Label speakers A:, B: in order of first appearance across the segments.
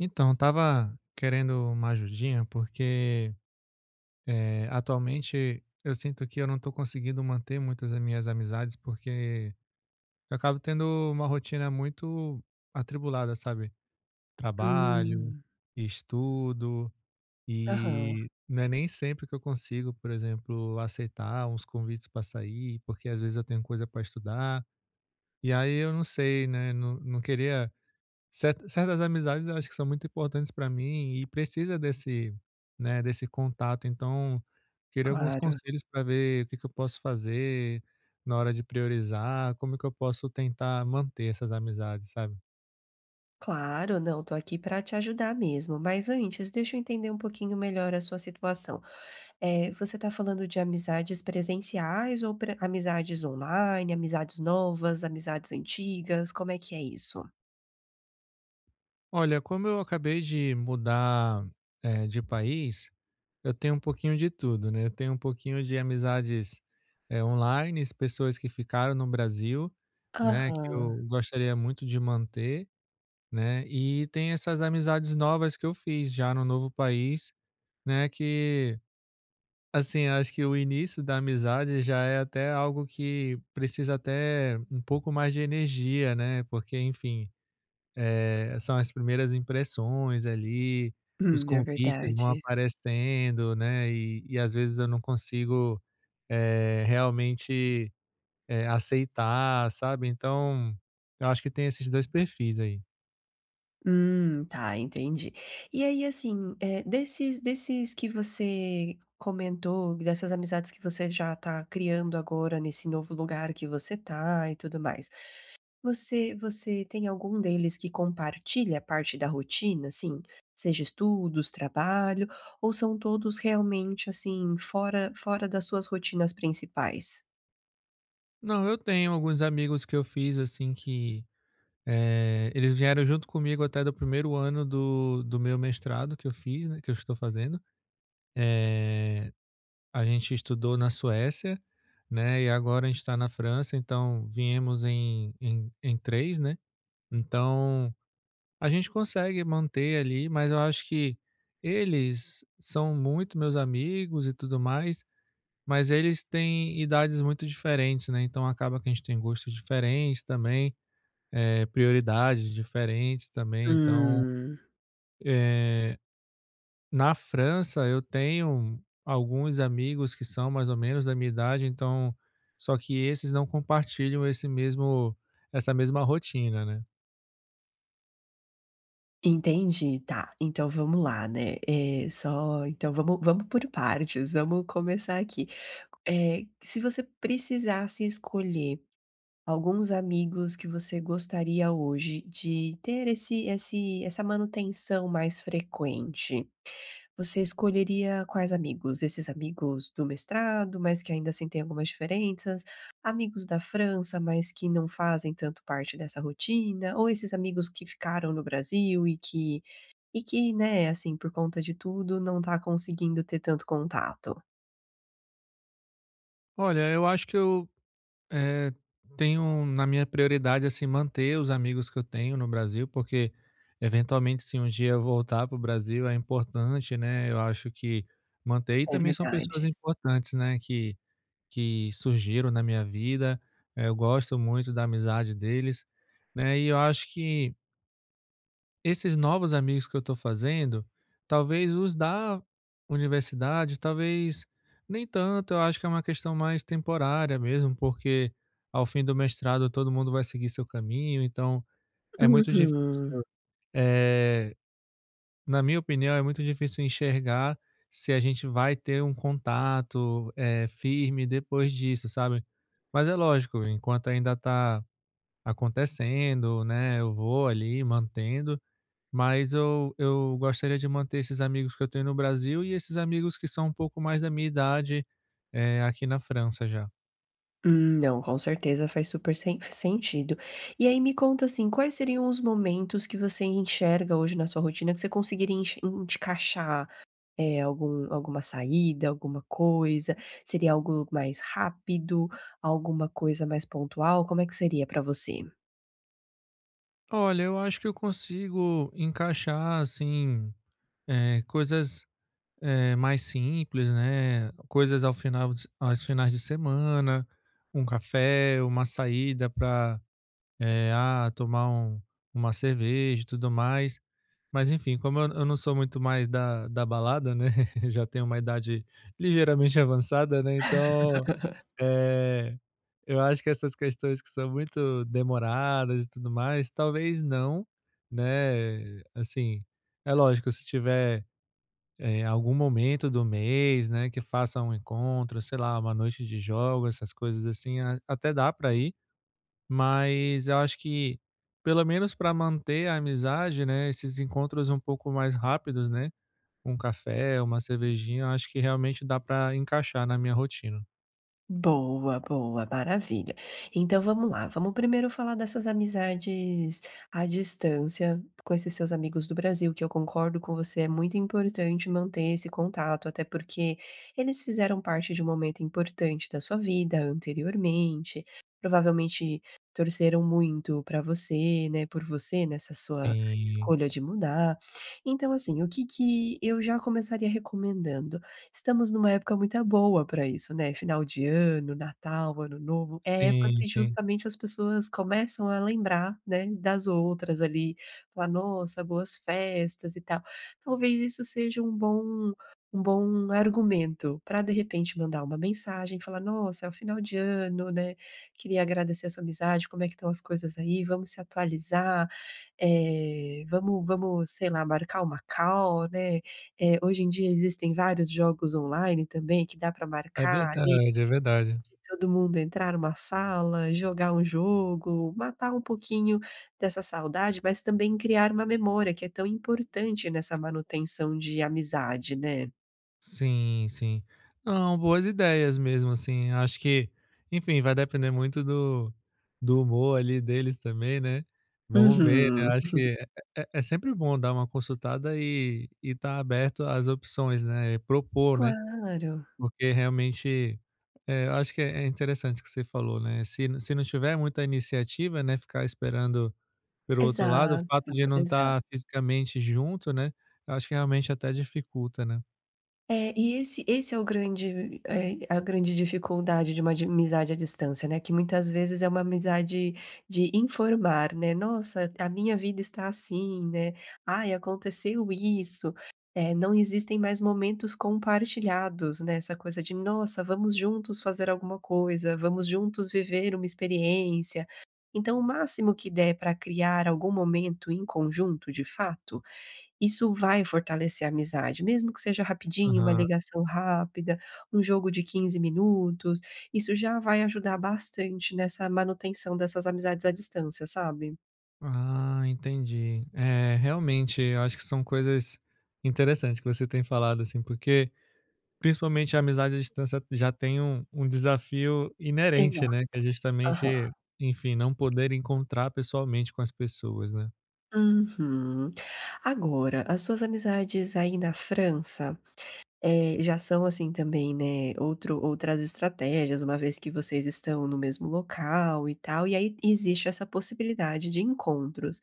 A: Então, eu tava querendo uma ajudinha, porque, atualmente eu sinto que eu não tô conseguindo manter muitas das minhas amizades, porque eu acabo tendo uma rotina muito atribulada, sabe? Trabalho,
B: Hum,
A: estudo,
B: aham,
A: e não é nem sempre que eu consigo, por exemplo, aceitar uns convites para sair, porque às vezes eu tenho coisa para estudar. E aí eu não sei, né? Não, não queria. Certas amizades eu acho que são muito importantes para mim e precisa desse, né, desse contato, então, queria alguns
B: claro,
A: conselhos para ver o que que eu posso fazer na hora de priorizar, como que eu posso tentar manter essas amizades, sabe?
B: claro, não, tô aqui pra te ajudar mesmo. Mas antes, deixa eu entender um pouquinho melhor a sua situação. Você tá falando de amizades presenciais ou amizades online, amizades novas, amizades antigas? Como é que é isso?
A: Olha, como eu acabei de mudar, de país, eu tenho um pouquinho de tudo, né, eu tenho um pouquinho de amizades, onlines, pessoas que ficaram no Brasil, né, que
B: Aham,
A: eu gostaria muito de manter, né. E tem essas amizades novas que eu fiz já no novo país, né, que, assim, acho que o início da amizade já é até algo que precisa até um pouco mais de energia, né, porque, enfim, são as primeiras impressões ali, os
B: é
A: convites vão
B: verdade.
A: aparecendo, né, e às vezes eu não consigo, realmente, aceitar, sabe. Então, eu acho que tem esses 2 perfis aí.
B: Tá, entendi. E aí, assim, é desses que você comentou, dessas amizades que você já tá criando agora nesse novo lugar que você tá e tudo mais, você tem algum deles que compartilha parte da rotina, assim? Seja estudos, trabalho, ou são todos realmente, assim, fora das suas rotinas principais?
A: Não, eu tenho alguns amigos que eu fiz assim que eles vieram junto comigo até do primeiro ano do meu mestrado que eu fiz, né, que eu estou fazendo. Eh, a gente estudou na Suécia, né, e agora a gente está na França, então viemos em, em, em três, né? Então a gente consegue manter ali, mas eu acho que eles são muito meus amigos e tudo mais, mas eles têm idades muito diferentes, né, então acaba que a gente tem gostos diferentes também, prioridades diferentes também, então,
B: Hum.
A: eh, na França eu tenho alguns amigos que são mais ou menos da minha idade, então só que esses não compartilham esse mesmo essa mesma rotina, né.
B: Entendi, tá. Então vamos lá, né, é só então vamos por partes, vamos começar aqui. Se você precisasse escolher alguns amigos que você gostaria hoje de ter esse essa manutenção mais frequente. Você escolheria quais amigos? Esses amigos do mestrado, mas que ainda assim têm algumas diferenças? Amigos da França, mas que não fazem tanto parte dessa rotina? Ou esses amigos que ficaram no Brasil e que, né, assim, por conta de tudo, não tá conseguindo ter tanto contato?
A: Olha, eu acho que eu Eh, tenho na minha prioridade, assim, manter os amigos que eu tenho no Brasil, porque eventualmente, se um dia eu voltar para o Brasil, é importante, né? Eu acho que manter. E
B: É
A: também são pessoas
B: verdade.
A: importantes, né? Que surgiram na minha vida. Eu gosto muito da amizade deles, né? E eu acho que esses novos amigos que eu estou fazendo, talvez os da universidade, talvez nem tanto, eu acho que é uma questão mais temporária mesmo, porque ao fim do mestrado todo mundo vai seguir seu caminho, então é muito
B: Uhum.
A: difícil, eh, na minha opinião, é muito difícil enxergar se a gente vai ter um contato, firme depois disso, sabe. Mas é lógico, enquanto ainda está acontecendo, né, eu vou ali mantendo, mas eu gostaria de manter esses amigos que eu tenho no Brasil e esses amigos que são um pouco mais da minha idade, aqui na França já.
B: Não, com certeza faz super sentido. E aí me conta, assim, quais seriam os momentos que você enxerga hoje na sua rotina que você conseguiria enx encaixar, alguma saída, alguma coisa? Seria algo mais rápido, alguma coisa mais pontual? Como é que seria pra você?
A: Olha, eu acho que eu consigo encaixar, assim, coisas, mais simples, né, coisas aos finais de semana, um café, uma saída para. Tomar um uma cerveja e tudo mais. Mas enfim, como eu não sou muito mais da balada, né, já tenho uma idade ligeiramente avançada, né, então, eh, eu acho que essas questões que são muito demoradas e tudo mais, talvez não, né, assim, é lógico, se tiver, algum momento do mês, né, que faça um encontro, sei lá, uma noite de jogos, essas coisas assim, a até dá para ir, mas eu acho que, pelo menos para manter a amizade, né, esses encontros um pouco mais rápidos, né, um café, uma cervejinha, eu acho que realmente dá para encaixar na minha rotina.
B: Boa, boa, maravilha. Então vamos lá, vamos primeiro falar dessas amizades à distância com esses seus amigos do Brasil, que eu concordo com você, é muito importante manter esse contato, até porque eles fizeram parte de um momento importante da sua vida anteriormente, provavelmente torceram muito para você, né, por você nessa sua
A: Sim,
B: escolha de mudar. Então, assim, o que que eu já começaria recomendando? Estamos numa época muito boa para isso, né, final de ano, Natal, Ano Novo, é a época
A: sim,
B: que
A: sim.
B: justamente as pessoas começam a lembrar, né, das outras ali, falar: "Nossa, boas festas e tal". Talvez isso seja um bom argumento para de repente, mandar uma mensagem, falar: "Nossa, é o final de ano, né, queria agradecer a sua amizade, como é que estão as coisas aí? Vamos se atualizar, vamos, sei lá, marcar uma call, né, é, hoje em dia existem vários jogos online também que dá para
A: É
B: marcar ali,
A: verdade, é verdade.
B: de todo mundo entrar numa sala, jogar um jogo, matar um pouquinho dessa saudade, mas também criar uma memória que é tão importante nessa manutenção de amizade, né".
A: Sim, sim. Não, boas ideias mesmo, assim. Acho que, enfim, vai depender muito do humor ali deles também, né? Vamos ver, né?
B: Uhum.
A: Acho que é, é sempre bom dar uma consultada e estar aberto às opções, né? E propor, né?
B: Claro,
A: Porque realmente, é, eu acho que é interessante o que você falou, né? Se não tiver muita iniciativa, né? Ficar esperando pelo outro lado, o
B: exato,
A: fato de não estar
B: exato.
A: fisicamente junto, né? Eu acho que realmente até dificulta, né?
B: É, e esse é o grande a grande dificuldade de uma de amizade à distância, né, que muitas vezes é uma amizade de informar, né, "Nossa, a minha vida está assim", né, "Ai, aconteceu isso", não existem mais momentos compartilhados, né, essa coisa de "Nossa, vamos juntos fazer alguma coisa, vamos juntos viver uma experiência". Então o máximo que der para criar algum momento em conjunto, de fato isso vai fortalecer a amizade, mesmo que seja rapidinho, uma
A: Aham.
B: ligação rápida, um jogo de 15 minutos, isso já vai ajudar bastante nessa manutenção dessas amizades à distância, sabe?
A: Ah, entendi. É, realmente, eu acho que são coisas interessantes que você tem falado, assim, porque principalmente a amizade à distância já tem um desafio inerente,
B: Exato,
A: né? Que é
B: aham.
A: justamente, enfim, não poder encontrar pessoalmente com as pessoas, né?
B: Uhum. Agora, as suas amizades aí na França, já são assim também, né, outro outras estratégias, uma vez que vocês estão no mesmo local e tal, e aí existe essa possibilidade de encontros.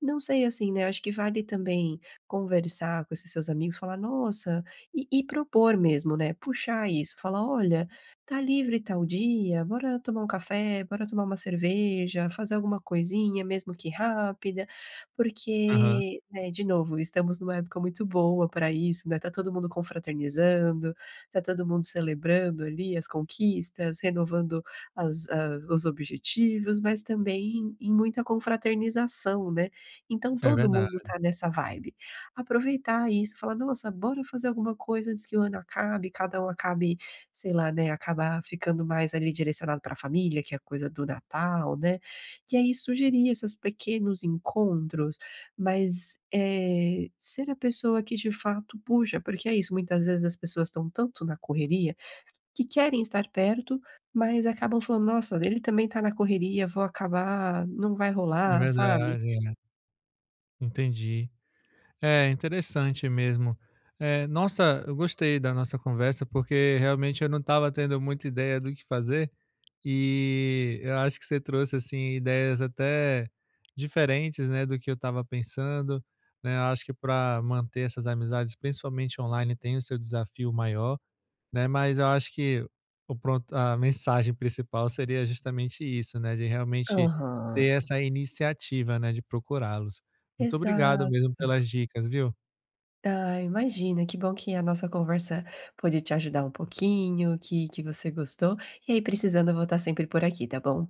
B: Não sei, assim, né, acho que vale também conversar com esses seus amigos, falar: "Nossa", e propor mesmo, né, puxar isso, falar: "Olha, tá livre tal dia? Bora tomar um café, bora tomar uma cerveja, fazer alguma coisinha, mesmo que rápida",
A: Aham,
B: porque, né, de novo, estamos numa época muito boa para isso, né, tá todo mundo confraternizando, tá todo mundo celebrando ali as conquistas, renovando as os objetivos, mas também em muita confraternização, né. Então
A: é
B: todo mundo
A: verdade,
B: tá nessa vibe. Aproveitar isso, falar: "Nossa, bora fazer alguma coisa antes que o ano acabe", cada um acabe, sei lá, né, acabar ficando mais ali direcionado pra família, que é coisa do Natal, né. E aí sugerir esses pequenos encontros, mas, ser a pessoa que de fato puxa, porque é isso, muitas vezes as pessoas estão tanto na correria, que querem estar perto, mas acabam falando: "Nossa, ele também tá na correria, vou acabar não vai
A: é
B: rolar", sabe?
A: verdade, é. Entendi. É interessante mesmo. É, nossa, eu gostei da nossa conversa, porque realmente eu não estava tendo muita ideia do que fazer. E eu acho que você trouxe, assim, ideias até diferentes, né, do que eu estava pensando, né. Eu acho que para manter essas amizades, principalmente online, tem o seu desafio maior, né, mas eu acho que o pronto a mensagem principal seria justamente isso, né, de realmente
B: Aham.
A: ter essa iniciativa, né, de procurá-los. Muito obrigado
B: Exato.
A: mesmo pelas dicas, viu?
B: Ah, imagina, que bom que a nossa conversa pôde te ajudar um pouquinho, que você gostou, e aí precisando eu vou estar sempre por aqui, tá bom?